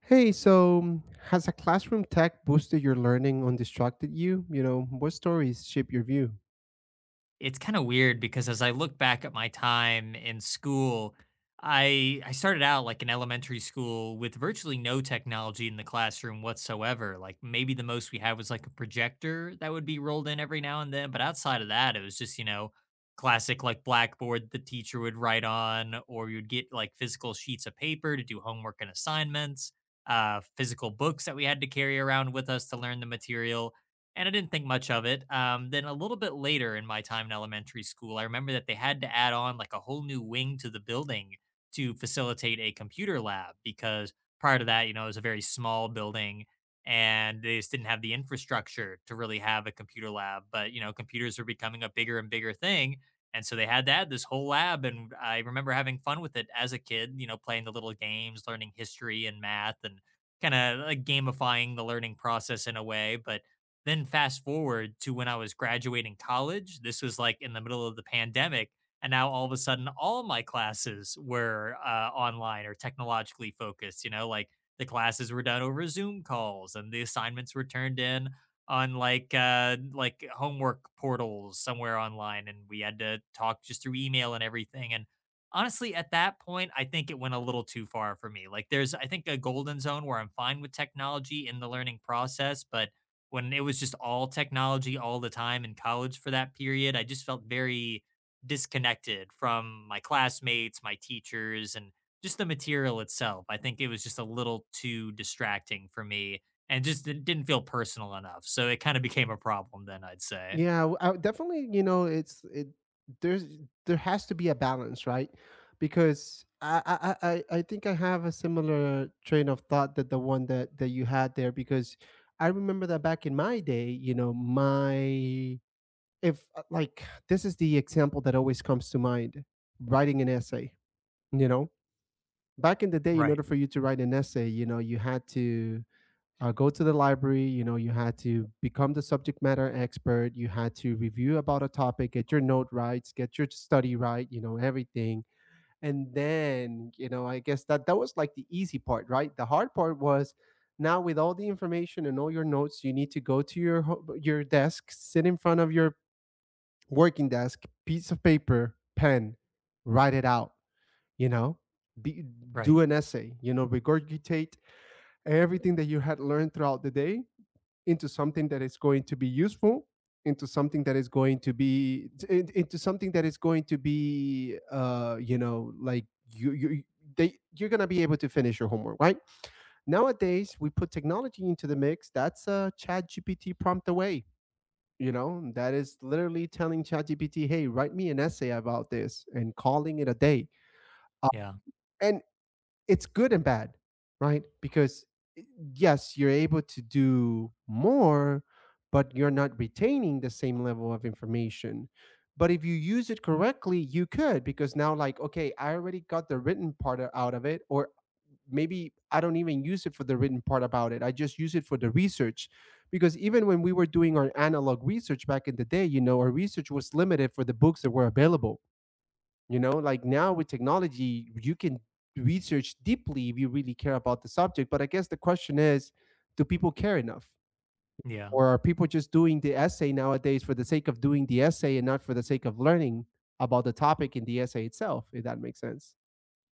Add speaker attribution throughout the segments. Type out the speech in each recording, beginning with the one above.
Speaker 1: Hey, so has a classroom tech boosted your learning or distracted you? You know, what stories shape your view?
Speaker 2: It's kinda weird because as I look back at my time in school, I started out, like, in elementary school with virtually no technology in the classroom whatsoever. Like, maybe the most we had was, like, a projector that would be rolled in every now and then, but outside of that, it was just, you know, classic, like, blackboard the teacher would write on, or you'd get, like, physical sheets of paper to do homework and assignments, physical books that we had to carry around with us to learn the material. And I didn't think much of it. Then a little bit later in my time in elementary school, I remember that they had to add on like a whole new wing to the building to facilitate a computer lab, because prior to that, you know, it was a very small building and they just didn't have the infrastructure to really have a computer lab. But, you know, computers were becoming a bigger and bigger thing. And so they had to add this whole lab. And I remember having fun with it as a kid, you know, playing the little games, learning history and math and kind of like gamifying the learning process in a way. But then fast forward to when I was graduating college. This was like in the middle of the pandemic. And now all of a sudden, all my classes were online or technologically focused. You know, like the classes were done over Zoom calls and the assignments were turned in on like homework portals somewhere online, and we had to talk just through email and everything. And honestly at that point, I think it went a little too far for me. Like, there's, I think, a golden zone where I'm fine with technology in the learning process, but when it was just all technology all the time in college for that period, I just felt very disconnected from my classmates, my teachers, and just the material itself. I think it was just a little too distracting for me and just didn't feel personal enough. So it kind of became a problem then, I'd say.
Speaker 1: Yeah, I, definitely. You know, it's it. There's there has to be a balance, right? Because I think I have a similar train of thought that the one that you had there. Because I remember that back in my day, you know, my, if like this is the example that always comes to mind: writing an essay. You know, back in the day, in order
Speaker 2: Right.
Speaker 1: for you to write an essay, you know, you had to go to the library. You know, you had to become the subject matter expert, you had to review about a topic, get your note right, get your study right, you know, everything. And then, you know, I guess that that was like the easy part, right? The hard part was, now with all the information and all your notes, you need to go to your your desk, sit in front of your working desk, piece of paper, pen, write it out, you know, be,
Speaker 2: Right.
Speaker 1: do an essay, you know, regurgitate everything that you had learned throughout the day into something that is going to be useful, into something that is going to be, into something that is going to be, you know, like you you're gonna be able to finish your homework, right? Nowadays we put technology into the mix. That's a Chat GPT prompt away. You know, that is literally telling Chat GPT, hey, write me an essay about this, and calling it a day. uh,
Speaker 2: Yeah.
Speaker 1: and it's good and bad, right? Because eh, yes, you're able to do more, but you're not retaining the same level of information. But if you use it correctly, you could, because now, like, okay, I already got the written part out of it, or maybe I don't even use it for the written part about it. I just use it for the research. Because even when we were doing our analog research back in the day, you know, our research was limited for the books that were available. You know, like, now with technology you can research deeply if you really care about the subject. But I guess the question is, do people care enough,
Speaker 2: Yeah.
Speaker 1: or are people just doing the essay nowadays for the sake of doing the essay and not for the sake of learning about the topic in the essay itself, if that makes sense.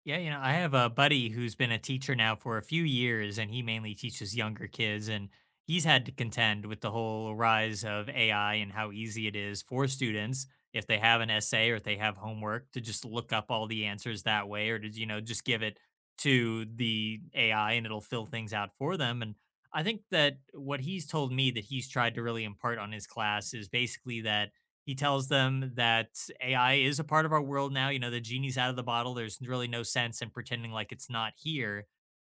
Speaker 2: Yeah, you know, I have a buddy who's been a teacher now for a few years, and he mainly teaches younger kids. And he's had to contend with the whole rise of AI and how easy it is for students, if they have an essay or if they have homework, to just look up all the answers that way or to, you know, just give it to the AI and it'll fill things out for them. And I think that what he's told me that he's tried to really impart on his class is basically that he tells them that AI is a part of our world now. You know, the genie's out of the bottle. There's really no sense in pretending like it's not here.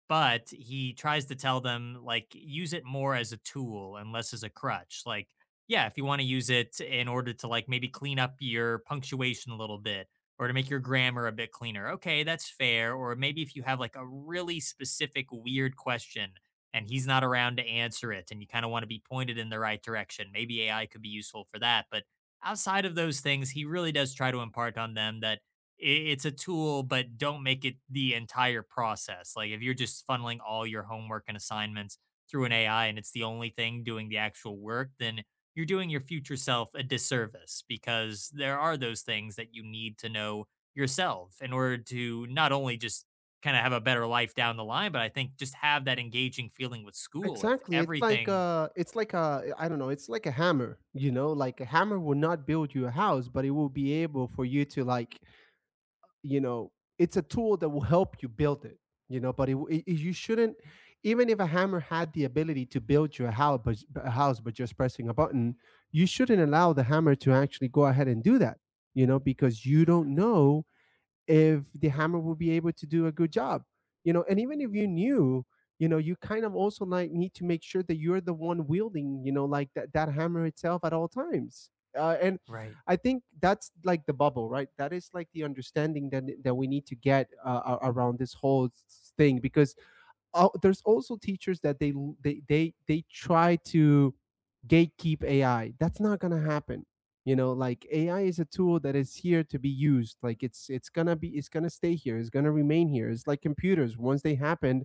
Speaker 2: But he tries to tell them, like, use it more as a tool and less as a crutch. Like, yeah, if you want to use it in order to, like, maybe clean up your punctuation a little bit or to make your grammar a bit cleaner, okay, that's fair. Or maybe if you have, like, a really specific, weird question and he's not around to answer it and you kind of want to be pointed in the right direction, maybe AI could be useful for that. But outside of those things, he really does try to impart on them that it's a tool, but don't make it the entire process. Like if you're just funneling all your homework and assignments through an AI and it's the only thing doing the actual work, then you're doing your future self a disservice, because there are those things that you need to know yourself in order to not only just kind of have a better life down the line, but I think just have that engaging feeling with school. If
Speaker 1: Exactly. It's like,
Speaker 2: everything,
Speaker 1: it's like a, I don't know, it's like a hammer. You know, like, a hammer will not build you a house, but it will be able for you to, like, you know, it's a tool that will help you build it. You know, but you shouldn't, even if a hammer had the ability to build your house, but just pressing a button, you shouldn't allow the hammer to actually go ahead and do that. You know, because you don't know if the hammer will be able to do a good job. You know, and even if you knew, you know, you kind of also, like, need to make sure that you're the one wielding, you know, like, that hammer itself at all times. And
Speaker 2: right,
Speaker 1: I think that's like the bubble, right? That is like the understanding that we need to get around this whole thing. Because there's also teachers that they try to gatekeep AI. That's not gonna happen. You know, like, AI is a tool that is here to be used. Like, it's gonna be, it's gonna stay here. It's gonna remain here. It's like computers. Once they happened,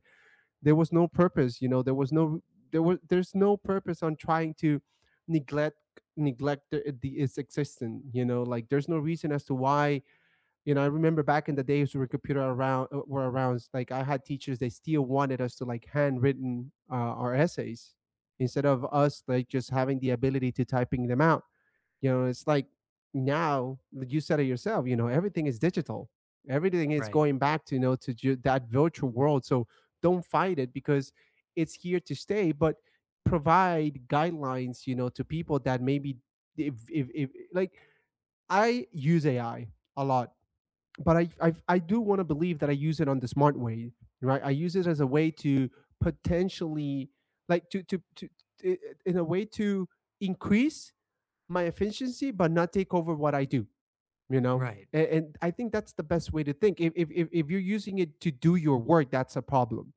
Speaker 1: there was no purpose. You know, there was no there was there's no purpose on trying to neglect neglect its existence. You know, like, there's no reason as to why, you know, I remember back in the days we computer around were around. Like, I had teachers, they still wanted us to, like, handwritten our essays instead of us, like, just having the ability to typing them out. You know, it's like, now, like you said it yourself, you know, everything is digital. Everything is
Speaker 2: right,
Speaker 1: going back to, you know, to that virtual world. So don't fight it, because it's here to stay. But provide guidelines, you know, to people that maybe, if like, I use AI a lot, but I do want to believe that I use it on the smart way, right? I use it as a way to potentially, like, to in a way to increase my efficiency but not take over what I do, you know?
Speaker 2: right.
Speaker 1: And I think that's the best way to think. If you're using it to do your work, that's a problem.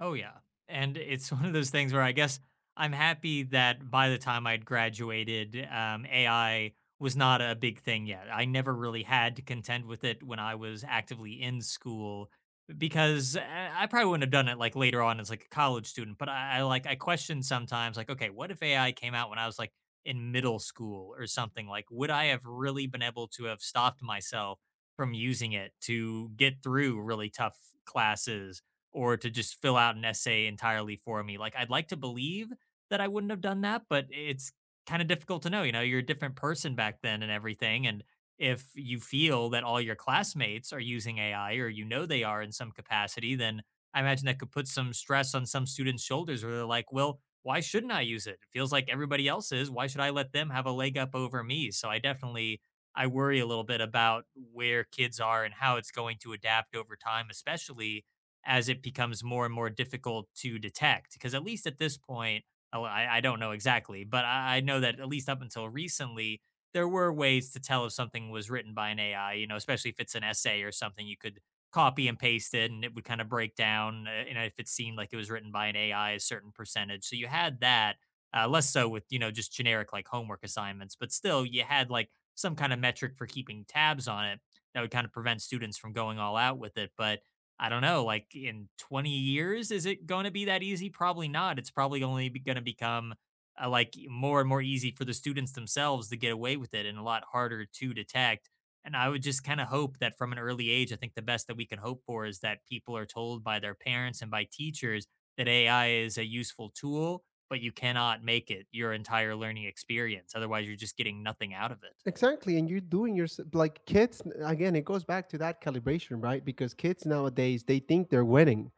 Speaker 2: Oh, yeah. And it's one of those things where I guess I'm happy that by the time I'd graduated, AI was not a big thing yet. I never really had to contend with it when I was actively in school, because I probably wouldn't have done it like later on as like a college student. But I question sometimes like, okay, what if AI came out when I was like in middle school or something? Like, would I have really been able to have stopped myself from using it to get through really tough classes? Or to just fill out an essay entirely for me. Like, I'd like to believe that I wouldn't have done that, but it's kind of difficult to know. You know, you're a different person back then and everything. And if you feel that all your classmates are using AI, or you know they are in some capacity, then I imagine that could put some stress on some students' shoulders where they're like, well, why shouldn't I use it? It feels like everybody else is. Why should I let them have a leg up over me? So I definitely, I worry a little bit about where kids are and how it's going to adapt over time, especially as it becomes more and more difficult to detect. Because at least at this point, oh, I don't know exactly, but I know that at least up until recently, there were ways to tell if something was written by an AI, you know, especially if it's an essay or something. You could copy and paste it and it would kind of break down. You know, if it seemed like it was written by an AI, a certain percentage. So you had that, less so with, you know, just generic like homework assignments, but still you had like some kind of metric for keeping tabs on it that would kind of prevent students from going all out with it. But I don't know, like in 20 years, is it going to be that easy? Probably not. It's probably only going to become more and more easy for the students themselves to get away with it and a lot harder to detect. And I would just kind of hope that from an early age, I think the best that we can hope for is that people are told by their parents and by teachers that AI is a useful tool, but you cannot make it your entire learning experience. Otherwise, you're just getting nothing out of it.
Speaker 1: Exactly, and you're doing your, like, kids again. It goes back to that calibration, right? Because kids nowadays they think they're winning.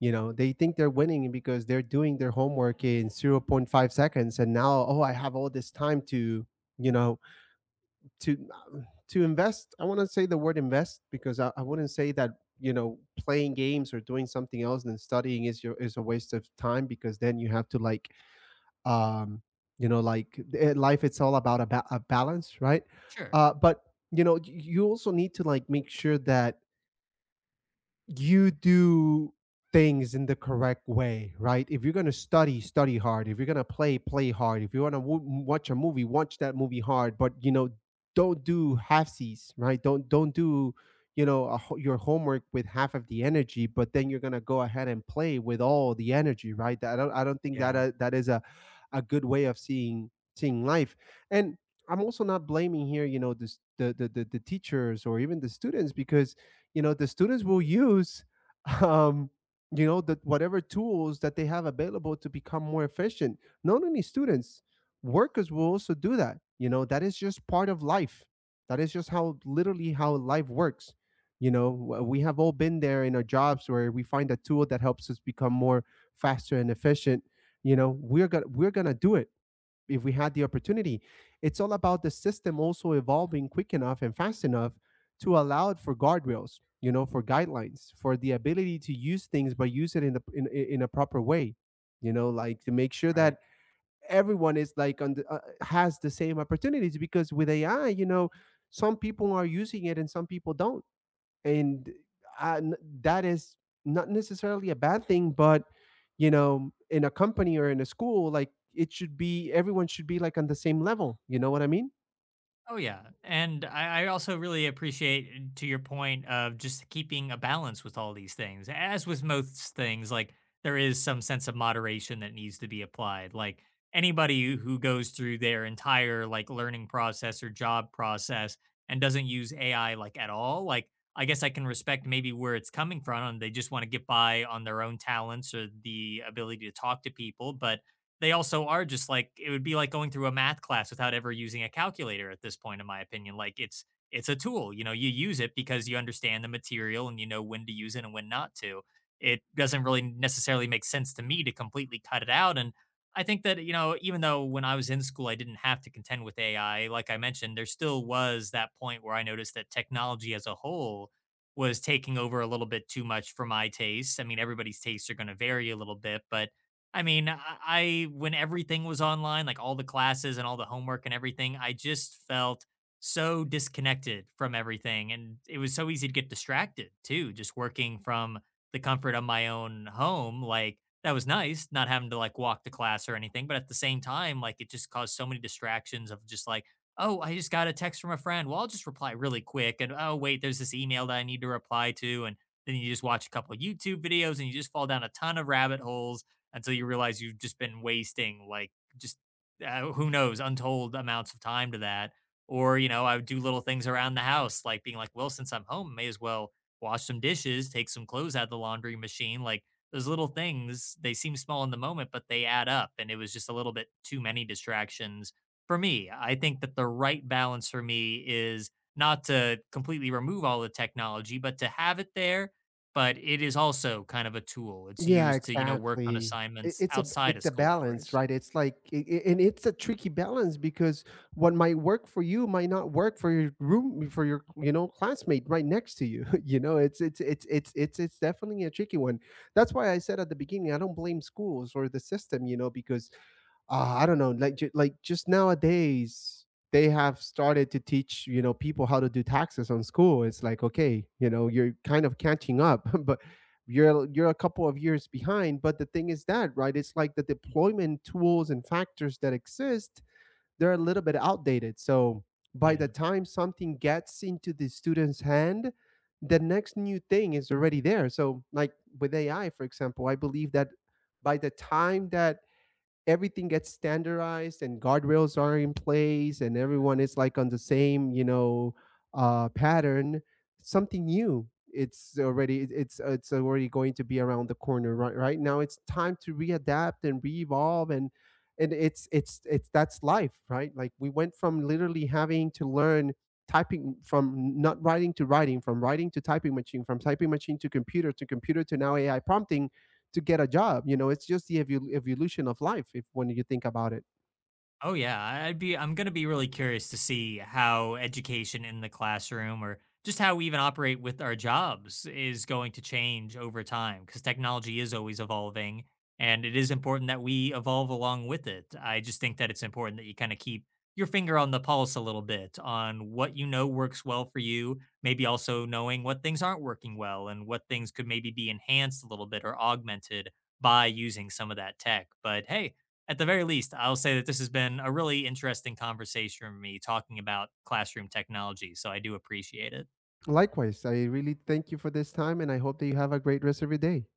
Speaker 1: You know, they think they're winning because they're doing their homework in zero point 0.5 seconds, and now, oh, I have all this time to, you know, to invest. I want to say the word invest, because I wouldn't say that, you know, playing games or doing something else than studying is your, is a waste of time, because then you have to, like, um you know, like, life, it's all about a, a balance, right?
Speaker 2: Sure.
Speaker 1: But you know, you also need to, like, make sure that you do things in the correct way, right? If you're going to study, study hard. If you're going to play, play hard. If you want to watch a movie, watch that movie hard. But, you know, don't do halfsies, right? Don't do, you know, your homework with half of the energy, but then you're going to go ahead and play with all the energy, right? I don't think that
Speaker 2: Yeah,
Speaker 1: that is a good way of seeing life. And I'm also not blaming here, you know, the teachers or even the students. Because, you know, the students will use, um you know, the whatever tools that they have available to become more efficient. Not only students, workers will also do that. You know, that is just part of life. That is just how, literally, how life works. You know, we have all been there in our jobs where we find a tool that helps us become more faster and efficient. You know, we're gonna do it if we had the opportunity. It's all about the system also evolving quick enough and fast enough to allow it for guardrails, you know, for guidelines, for the ability to use things but use it in a, in a proper way, you know, like, to make sure that
Speaker 2: right.
Speaker 1: everyone is like on the, has the same opportunities. Because with AI, you know, some people are using it and some people don't, and I n that is not necessarily a bad thing. But, you know, in a company or in a school, like, it should be, everyone should be like on the same level. You know what I mean?
Speaker 2: Oh yeah, and I also really appreciate to your point of just keeping a balance with all these things. As with most things, like, there is some sense of moderation that needs to be applied. Like anybody who goes through their entire like learning process or job process and doesn't use AI like at all, like, I guess I can respect maybe where it's coming from. And they just want to get by on their own talents or the ability to talk to people, but they also are just like, it would be like going through a math class without ever using a calculator. At this point, in my opinion, like, it's a tool, you know? You use it because you understand the material and you know when to use it and when not to. It doesn't really necessarily make sense to me to completely cut it out. And I think that, you know, even though when I was in school I didn't have to contend with AI like I mentioned, there still was that point where I noticed that technology as a whole was taking over a little bit too much for my tastes. I mean, everybody's tastes are going to vary a little bit, but I mean, I when everything was online, like all the classes and all the homework and everything, I just felt so disconnected from everything. And it was so easy to get distracted too, just working from the comfort of my own home. Like, that was nice, not having to like walk to class or anything. But at the same time, like, it just caused so many distractions of just like, oh, I just got a text from a friend. Well, I'll just reply really quick. And oh, wait, there's this email that I need to reply to. And then you just watch a couple of YouTube videos and you just fall down a ton of rabbit holes until you realize you've just been wasting like just who knows untold amounts of time to that. Or, you know, I would do little things around the house, like being like, well, since I'm home, may as well wash some dishes, take some clothes out of the laundry machine. Like, those little things, they seem small in the moment, but they add up. And it was just a little bit too many distractions for me. I think that the right balance for me is not to completely remove all the technology but to have it there, but it is also kind of a tool. It's
Speaker 1: Yeah,
Speaker 2: used to, you know, work on
Speaker 1: exactly. It,
Speaker 2: assignments
Speaker 1: it's a,
Speaker 2: outside
Speaker 1: it's
Speaker 2: of
Speaker 1: a
Speaker 2: school
Speaker 1: balance,
Speaker 2: hours.
Speaker 1: right? It's like, I and it's a tricky balance, because what might work for you might not work for your room, for your, you know, classmate right next to you, you know? It's definitely a tricky one. That's why I said at the beginning, I don't blame schools or the system. You know, because, I don't know, like, like, just nowadays they have started to teach, you know, people how to do taxes on school. It's like, okay, you know, you're kind of catching up, but you're a couple of years behind. But the thing is that, right, it's like the deployment tools and factors that exist, they're a little bit outdated. So by
Speaker 2: Yeah.
Speaker 1: the time something gets into the student's hand, the next new thing is already there. So, like, with AI, for example, I believe that by the time that everything gets standardized and guardrails are in place and everyone is like on the same, you know, pattern, something new, it's already going to be around the corner. Right right now it's time to readapt and re-evolve. And it's that's life, right? Like, we went from literally having to learn typing, from not writing to writing, from writing to typing machine, from typing machine to computer, to computer to now AI prompting to get a job. You know, it's just the evolution of life, if when you think about it.
Speaker 2: Oh yeah, I'd be, I'm going to be really curious to see how education in the classroom or just how we even operate with our jobs is going to change over time, because technology is always evolving and it is important that we evolve along with it. I just think that it's important that you kind of keep your finger on the pulse a little bit on what you know works well for you, maybe also knowing what things aren't working well and what things could maybe be enhanced a little bit or augmented by using some of that tech. But hey, at the very least, I'll say that this has been a really interesting conversation for me talking about classroom technology. So I do appreciate it.
Speaker 1: Likewise, I really thank you for this time, and I hope that you have a great rest of your day.